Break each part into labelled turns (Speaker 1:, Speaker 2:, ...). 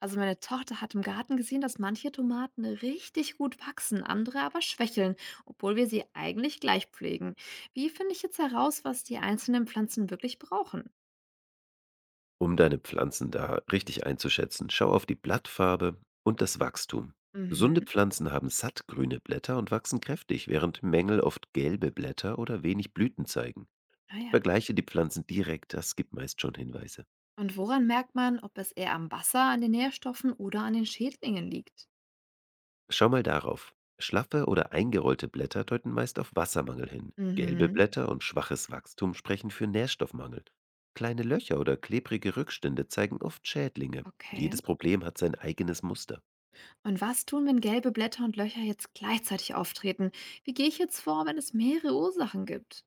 Speaker 1: Also meine Tochter hat im Garten gesehen, dass manche Tomaten richtig gut wachsen, andere aber schwächeln, obwohl wir sie eigentlich gleich pflegen. Wie finde ich jetzt heraus, was die einzelnen Pflanzen wirklich brauchen?
Speaker 2: Um deine Pflanzen da richtig einzuschätzen, schau auf die Blattfarbe und das Wachstum. Gesunde
Speaker 1: Mhm.
Speaker 2: Pflanzen haben sattgrüne Blätter und wachsen kräftig, während Mängel oft gelbe Blätter oder wenig Blüten zeigen.
Speaker 1: Naja.
Speaker 2: Vergleiche die Pflanzen direkt, das gibt meist schon Hinweise.
Speaker 1: Und woran merkt man, ob es eher am Wasser, an den Nährstoffen oder an den Schädlingen liegt?
Speaker 2: Schau mal darauf. Schlaffe oder eingerollte Blätter deuten meist auf Wassermangel hin. Gelbe
Speaker 1: Mhm.
Speaker 2: Blätter und schwaches Wachstum sprechen für Nährstoffmangel. Kleine Löcher oder klebrige Rückstände zeigen oft Schädlinge.
Speaker 1: Okay.
Speaker 2: Jedes Problem hat sein eigenes Muster.
Speaker 1: Und was tun, wenn gelbe Blätter und Löcher jetzt gleichzeitig auftreten? Wie gehe ich jetzt vor, wenn es mehrere Ursachen gibt?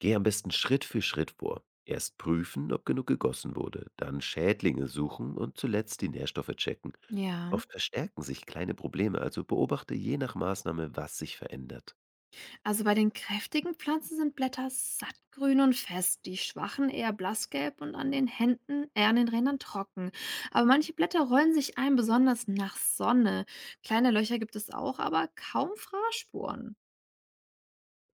Speaker 2: Gehe am besten Schritt für Schritt vor. Erst prüfen, ob genug gegossen wurde, dann Schädlinge suchen und zuletzt die Nährstoffe checken.
Speaker 1: Ja.
Speaker 2: Oft verstärken sich kleine Probleme, also beobachte je nach Maßnahme, was sich verändert.
Speaker 1: Also bei den kräftigen Pflanzen sind Blätter sattgrün und fest, die schwachen eher blassgelb und an den an den Rändern trocken. Aber manche Blätter rollen sich ein, besonders nach Sonne. Kleine Löcher gibt es auch, aber kaum Fraßspuren.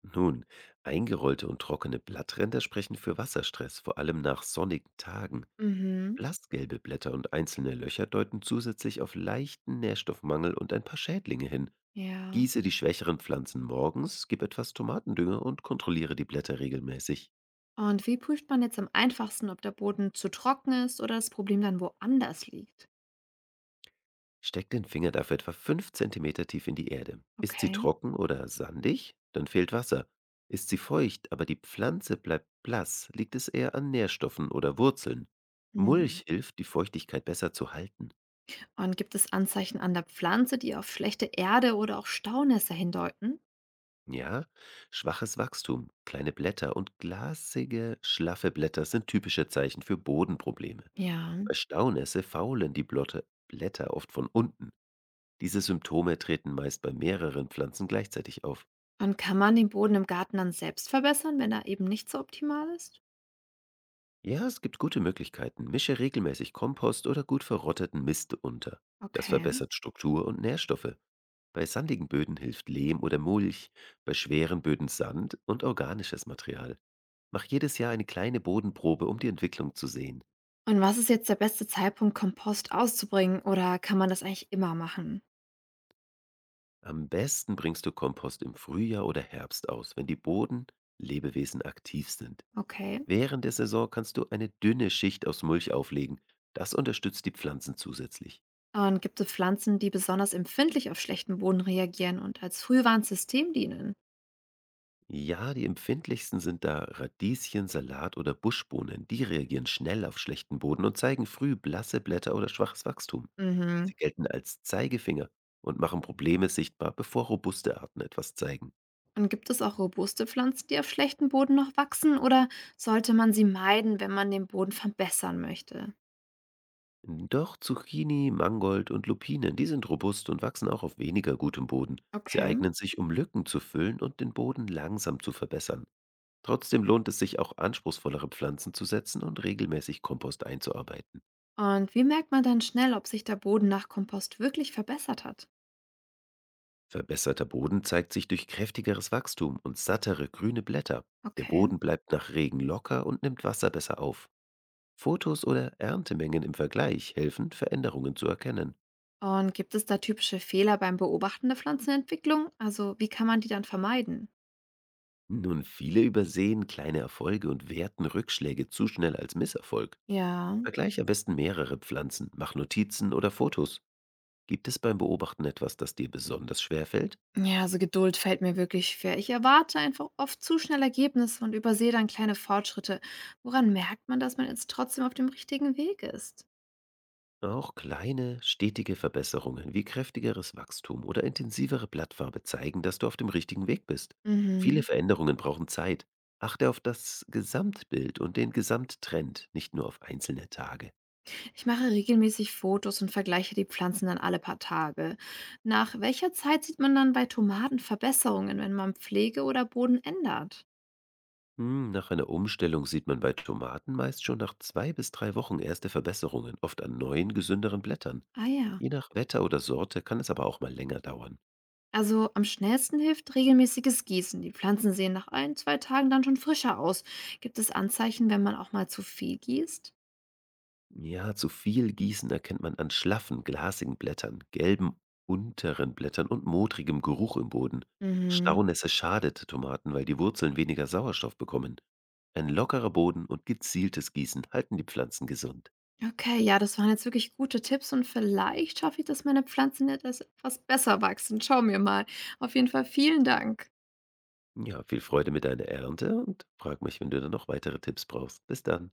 Speaker 2: Nun, eingerollte und trockene Blattränder sprechen für Wasserstress, vor allem nach sonnigen Tagen.
Speaker 1: Mhm,
Speaker 2: Blassgelbe Blätter und einzelne Löcher deuten zusätzlich auf leichten Nährstoffmangel und ein paar Schädlinge hin.
Speaker 1: ja.
Speaker 2: Gieße die schwächeren Pflanzen morgens, gib etwas Tomatendünger und kontrolliere die Blätter regelmäßig.
Speaker 1: Und wie prüft man jetzt am einfachsten, ob der Boden zu trocken ist oder das Problem dann woanders liegt?
Speaker 2: Steck den Finger dafür etwa 5 Zentimeter tief in die Erde. Ist sie
Speaker 1: Okay.
Speaker 2: trocken oder sandig, dann fehlt Wasser. Ist sie feucht, aber die Pflanze bleibt blass, liegt es eher an Nährstoffen oder Wurzeln.
Speaker 1: Mhm.
Speaker 2: Mulch hilft, die Feuchtigkeit besser zu halten.
Speaker 1: Und gibt es Anzeichen an der Pflanze, die auf schlechte Erde oder auch Staunässe hindeuten?
Speaker 2: Ja, schwaches Wachstum, kleine Blätter und glasige, schlaffe Blätter sind typische Zeichen für Bodenprobleme.
Speaker 1: Ja.
Speaker 2: Bei Staunässe faulen die Blotte Blätter oft von unten. Diese Symptome treten meist bei mehreren Pflanzen gleichzeitig auf.
Speaker 1: Und kann man den Boden im Garten dann selbst verbessern, wenn er eben nicht so optimal ist?
Speaker 2: Ja, es gibt gute Möglichkeiten. Mische regelmäßig Kompost oder gut verrotteten Mist unter. Das
Speaker 1: Okay.
Speaker 2: verbessert Struktur und Nährstoffe. Bei sandigen Böden hilft Lehm oder Mulch, bei schweren Böden Sand und organisches Material. Mach jedes Jahr eine kleine Bodenprobe, um die Entwicklung zu sehen.
Speaker 1: Und was ist jetzt der beste Zeitpunkt, Kompost auszubringen, oder kann man das eigentlich immer machen?
Speaker 2: Am besten bringst du Kompost im Frühjahr oder Herbst aus, wenn die Bodenlebewesen aktiv sind.
Speaker 1: Okay.
Speaker 2: Während der Saison kannst du eine dünne Schicht aus Mulch auflegen. Das unterstützt die Pflanzen zusätzlich.
Speaker 1: Und gibt es Pflanzen, die besonders empfindlich auf schlechten Boden reagieren und als Frühwarnsystem dienen?
Speaker 2: Ja, die empfindlichsten sind da Radieschen, Salat oder Buschbohnen. Die reagieren schnell auf schlechten Boden und zeigen früh blasse Blätter oder schwaches Wachstum.
Speaker 1: Mhm.
Speaker 2: Sie gelten als Zeigefinger und machen Probleme sichtbar, bevor robuste Arten etwas zeigen.
Speaker 1: Und gibt es auch robuste Pflanzen, die auf schlechten Boden noch wachsen, oder sollte man sie meiden, wenn man den Boden verbessern möchte?
Speaker 2: Doch Zucchini, Mangold und Lupinen, die sind robust und wachsen auch auf weniger gutem Boden. Sie
Speaker 1: Okay.
Speaker 2: eignen sich, um Lücken zu füllen und den Boden langsam zu verbessern. Trotzdem lohnt es sich auch anspruchsvollere Pflanzen zu setzen und regelmäßig Kompost einzuarbeiten.
Speaker 1: Und wie merkt man dann schnell, ob sich der Boden nach Kompost wirklich verbessert hat?
Speaker 2: Verbesserter Boden zeigt sich durch kräftigeres Wachstum und sattere grüne Blätter. Der
Speaker 1: Okay.
Speaker 2: Boden bleibt nach Regen locker und nimmt Wasser besser auf. Fotos oder Erntemengen im Vergleich helfen, Veränderungen zu erkennen.
Speaker 1: Und gibt es da typische Fehler beim Beobachten der Pflanzenentwicklung? Also, wie kann man die dann vermeiden?
Speaker 2: Nun, viele übersehen kleine Erfolge und werten Rückschläge zu schnell als Misserfolg.
Speaker 1: Ja.
Speaker 2: Vergleich am besten mehrere Pflanzen, mach Notizen oder Fotos. Gibt es beim Beobachten etwas, das dir besonders schwer fällt?
Speaker 1: Ja, also Geduld fällt mir wirklich schwer. Ich erwarte einfach oft zu schnell Ergebnisse und übersehe dann kleine Fortschritte. Woran merkt man, dass man jetzt trotzdem auf dem richtigen Weg ist?
Speaker 2: Auch kleine, stetige Verbesserungen wie kräftigeres Wachstum oder intensivere Blattfarbe zeigen, dass du auf dem richtigen Weg bist. Viele
Speaker 1: Mhm.
Speaker 2: Veränderungen brauchen Zeit. Achte auf das Gesamtbild und den Gesamttrend, nicht nur auf einzelne Tage.
Speaker 1: Ich mache regelmäßig Fotos und vergleiche die Pflanzen dann alle paar Tage. Nach welcher Zeit sieht man dann bei Tomaten Verbesserungen, wenn man Pflege oder Boden ändert?
Speaker 2: Hm, nach einer Umstellung sieht man bei Tomaten meist schon nach 2 bis 3 Wochen erste Verbesserungen, oft an neuen, gesünderen Blättern.
Speaker 1: Ah ja.
Speaker 2: Je nach Wetter oder Sorte kann es aber auch mal länger dauern.
Speaker 1: Also am schnellsten hilft regelmäßiges Gießen. Die Pflanzen sehen nach ein, zwei Tagen dann schon frischer aus. Gibt es Anzeichen, wenn man auch mal zu viel gießt?
Speaker 2: Ja, zu viel Gießen erkennt man an schlaffen, glasigen Blättern, gelben unteren Blättern und modrigem Geruch im Boden.
Speaker 1: Mhm.
Speaker 2: Staunässe schadet Tomaten, weil die Wurzeln weniger Sauerstoff bekommen. Ein lockerer Boden und gezieltes Gießen halten die Pflanzen gesund.
Speaker 1: Okay, ja, das waren jetzt wirklich gute Tipps und vielleicht schaffe ich, dass meine Pflanzen etwas besser wachsen. Schauen wir mal. Auf jeden Fall vielen Dank.
Speaker 2: Ja, viel Freude mit deiner Ernte und frag mich, wenn du da noch weitere Tipps brauchst. Bis dann.